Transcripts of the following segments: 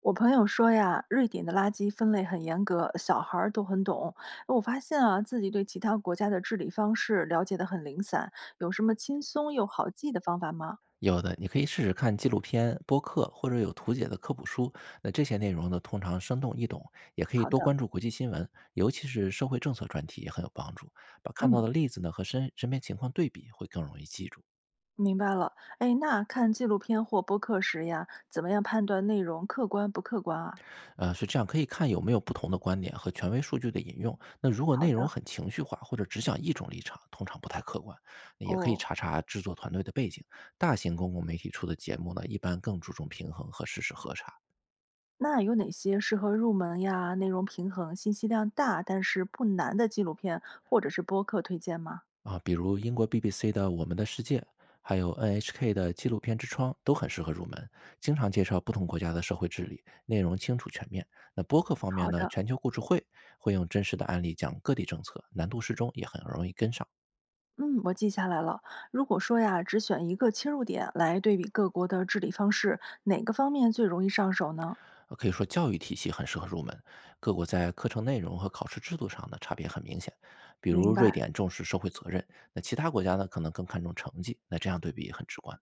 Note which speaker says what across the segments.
Speaker 1: 我朋友说呀，瑞典的垃圾分类很严格，小孩儿都很懂。我发现啊，自己对其他国家的治理方式了解得很零散，有什么轻松又好记的方法吗？
Speaker 2: 有的，你可以试试看纪录片、播客或者有图解的科普书。那这些内容呢，通常生动易懂，也可以
Speaker 1: 好
Speaker 2: 多
Speaker 1: 的，
Speaker 2: 关注国际新闻，尤其是社会政策专题也很有帮助。把看到
Speaker 1: 嗯，
Speaker 2: 的例子呢和身边情况对比，会更容易记住。
Speaker 1: 明白了。哎，那看纪录片或播客时呀，怎么样判断内容客观不客观啊？
Speaker 2: 是这样，可以看有没有不同的观点和权威数据的引用。那如果
Speaker 1: 好
Speaker 2: 内容
Speaker 1: 的，
Speaker 2: 很情绪化或者只讲一种立场，通常不太客观。那也可以
Speaker 1: 哦，
Speaker 2: 查查制作团队的背景，大型公共媒体出的节目呢，一般更注重平衡和事实核查。
Speaker 1: 那有哪些适合入门呀、内容平衡、信息量大但是不难的纪录片或者是播客推荐吗？
Speaker 2: 啊，比如英国 BBC 的《我们的世界》，还有 NHK 的纪录片之窗都很适合入门，经常介绍不同国家的社会治理，内容清楚全面。那播客方面
Speaker 1: 好
Speaker 2: 呢，
Speaker 1: 的，
Speaker 2: 全球故事会会用真实的案例讲各地政策，难度适中，也很容易跟上。
Speaker 1: 嗯，我记下来了。如果说呀，只选一个切入点来对比各国的治理方式，哪个方面最容易上手呢？
Speaker 2: 可以说教育体系很适合入门，各国在课程内容和考试制度上呢差别很明显。比
Speaker 1: 明
Speaker 2: 如瑞
Speaker 1: 白，
Speaker 2: 典重视社会责任，那其他国家呢可能更看重成绩，那这样对比也很直观。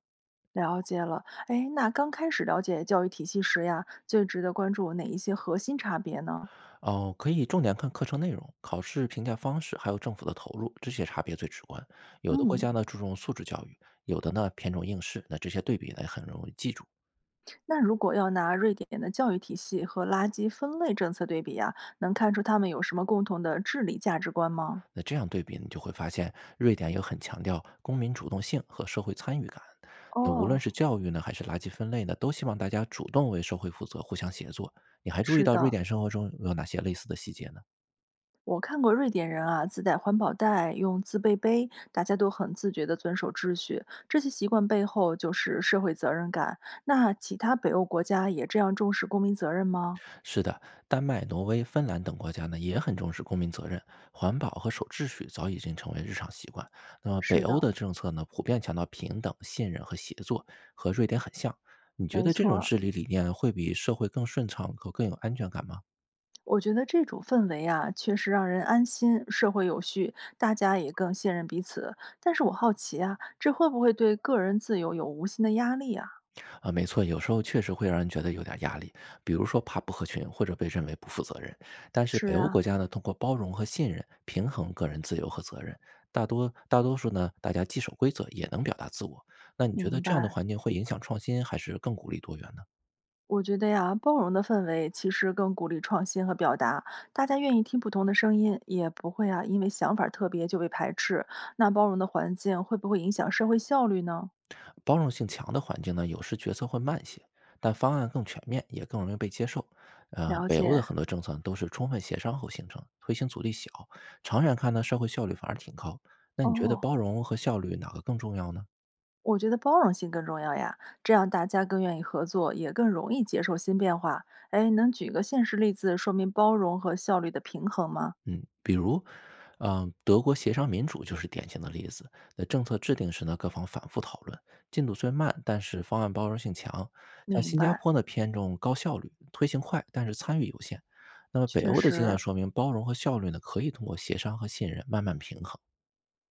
Speaker 1: 了解了。哎，那刚开始了解教育体系时呀，最值得关注哪一些核心差别呢？
Speaker 2: 哦，可以重点看课程内容、考试评价方式，还有政府的投入，这些差别最直观。有的国
Speaker 1: 嗯，
Speaker 2: 家呢注重素质教育，有的呢偏重应试，那这些对比呢也很容易记住。
Speaker 1: 那如果要拿瑞典的教育体系和垃圾分类政策对比呀，能看出他们有什么共同的治理价值观吗？
Speaker 2: 那这样对比，你就会发现瑞典有很强调公民主动性和社会参与感。那无论
Speaker 1: 哦，
Speaker 2: 是教育呢，还是垃圾分类呢，都希望大家主动为社会负责，互相协作。你还注意
Speaker 1: 是
Speaker 2: 到瑞
Speaker 1: 的，
Speaker 2: 典生活中有哪些类似的细节呢？
Speaker 1: 我看过瑞典人啊，自带环保袋，用自备杯，大家都很自觉地遵守秩序。这些习惯背后就是社会责任感。那其他北欧国家也这样重视公民责任吗？
Speaker 2: 是的，丹麦、挪威、芬兰等国家呢也很重视公民责任，环保和守秩序早已经成为日常习惯。那么北
Speaker 1: 是
Speaker 2: 欧
Speaker 1: 的，
Speaker 2: 的政策呢，普遍强调平等、信任和协作，和瑞典很像。你觉
Speaker 1: 没
Speaker 2: 得这
Speaker 1: 错
Speaker 2: 种
Speaker 1: 儿。
Speaker 2: 治理理念会比社会更顺畅和更有安全感吗？
Speaker 1: 我觉得这种氛围啊，确实让人安心，社会有序，大家也更信任彼此。但是我好奇啊，这会不会对个人自由有无形的压力啊？
Speaker 2: 啊，没错，有时候确实会让人觉得有点压力，比如说怕不合群或者被认为不负责任。但是北
Speaker 1: 是
Speaker 2: 欧
Speaker 1: 啊，
Speaker 2: 国家呢，通过包容和信任平衡个人自由和责任，大多数呢，大家既守规则也能表达自我。那你觉
Speaker 1: 明
Speaker 2: 得这样的
Speaker 1: 白。
Speaker 2: 环境会影响创新，还是更鼓励多元呢？
Speaker 1: 我觉得呀，包容的氛围其实更鼓励创新和表达，大家愿意听不同的声音，也不会啊因为想法儿特别就被排斥。那包容的环境会不会影响社会效率呢？
Speaker 2: 包容性强的环境呢，有时决策会慢些，但方案更全面，也更容易被接受。
Speaker 1: 了
Speaker 2: 北欧的
Speaker 1: 解。
Speaker 2: 很多政策都是充分协商后形成，推行阻力小，长远看呢，社会效率反而挺高。那你觉得
Speaker 1: 哦，
Speaker 2: 包容和效率哪个更重要呢？
Speaker 1: 我觉得包容性更重要呀，这样大家更愿意合作，也更容易接受新变化。哎，能举个现实例子说明包容和效率的平衡吗？
Speaker 2: 嗯，比如，嗯，德国协商民主就是典型的例子。在政策制定时呢，各方反复讨论，进度虽慢，但是方案包容性强。像
Speaker 1: 明
Speaker 2: 新加
Speaker 1: 白，
Speaker 2: 坡呢，偏重高效率，推行快，但是参与有限。那么北
Speaker 1: 确
Speaker 2: 欧的经
Speaker 1: 实。
Speaker 2: 验说明，包容和效率呢，可以通过协商和信任慢慢平衡。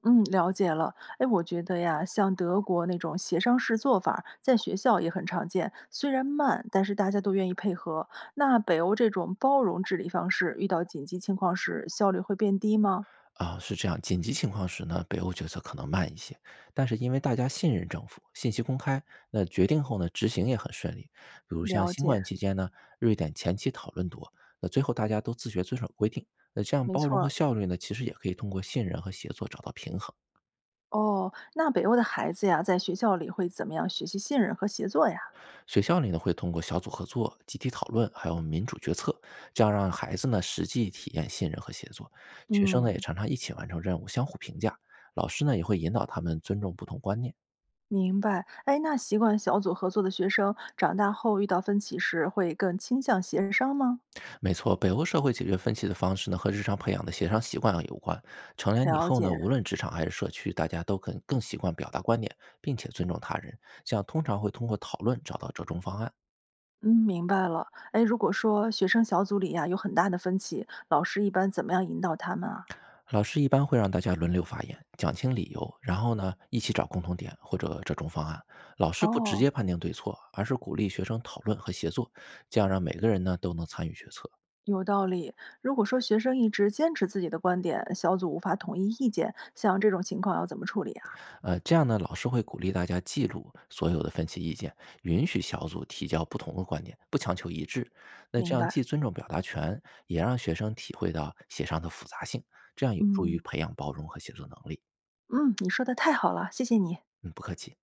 Speaker 1: 嗯，了解了。哎，我觉得呀，像德国那种协商式做法儿在学校也很常见。虽然慢，但是大家都愿意配合。那北欧这种包容治理方式，遇到紧急情况时，效率会变低吗？
Speaker 2: 啊，是这样，紧急情况时呢，北欧决策可能慢一些，但是因为大家信任政府，信息公开，那决定后呢，执行也很顺利。比如像
Speaker 1: 了
Speaker 2: 新
Speaker 1: 解，
Speaker 2: 冠期间呢，瑞典前期讨论多，那最后大家都自觉遵守规定。那这样
Speaker 1: 没
Speaker 2: 包
Speaker 1: 错
Speaker 2: 容和
Speaker 1: 儿。
Speaker 2: 效率呢，其实也可以通过信任和协作找到平衡。
Speaker 1: 哦，那北欧的孩子呀，在学校里会怎么样学习信任和协作呀？
Speaker 2: 学校里呢，会通过小组合作、集体讨论，还有民主决策，这样让孩子呢实际体验信任和协作。学生呢也
Speaker 1: 嗯，
Speaker 2: 常常一起完成任务，相互评价，老师呢也会引导他们尊重不同观念。
Speaker 1: 明白。哎，那习惯小组合作的学生，长大后遇到分歧时，会更倾向协商吗？
Speaker 2: 没错，北欧社会解决分歧的方式呢，和日常培养的协商习惯有关。成年以
Speaker 1: 了
Speaker 2: 后呢，
Speaker 1: 解。
Speaker 2: 无论职场还是社区，大家都更习惯表达观点，并且尊重他人。这样通常会通过讨论找到折中方案。
Speaker 1: 嗯，明白了。哎，如果说学生小组里呀、有很大的分歧，老师一般怎么样引导他们啊？
Speaker 2: 老师一般会让大家轮流发言，讲清理由，然后呢，一起找共同点或者折中方案。老师不直
Speaker 1: 哦，
Speaker 2: 接判定对错，而是鼓励学生讨论和协作，这样让每个人呢都能参与决策。
Speaker 1: 有道理。如果说学生一直坚持自己的观点，小组无法统一意见，像这种情况要怎么处理啊？
Speaker 2: 这样呢，老师会鼓励大家记录所有的分析意见，允许小组提交不同的观点，不强求一致。那这
Speaker 1: 明
Speaker 2: 样
Speaker 1: 白。
Speaker 2: 既尊重表达权，也让学生体会到协商的复杂性，这样有助于
Speaker 1: 嗯
Speaker 2: 培养包容和写作能力。
Speaker 1: 嗯，你说的太好了，谢谢你。
Speaker 2: 嗯，不客气。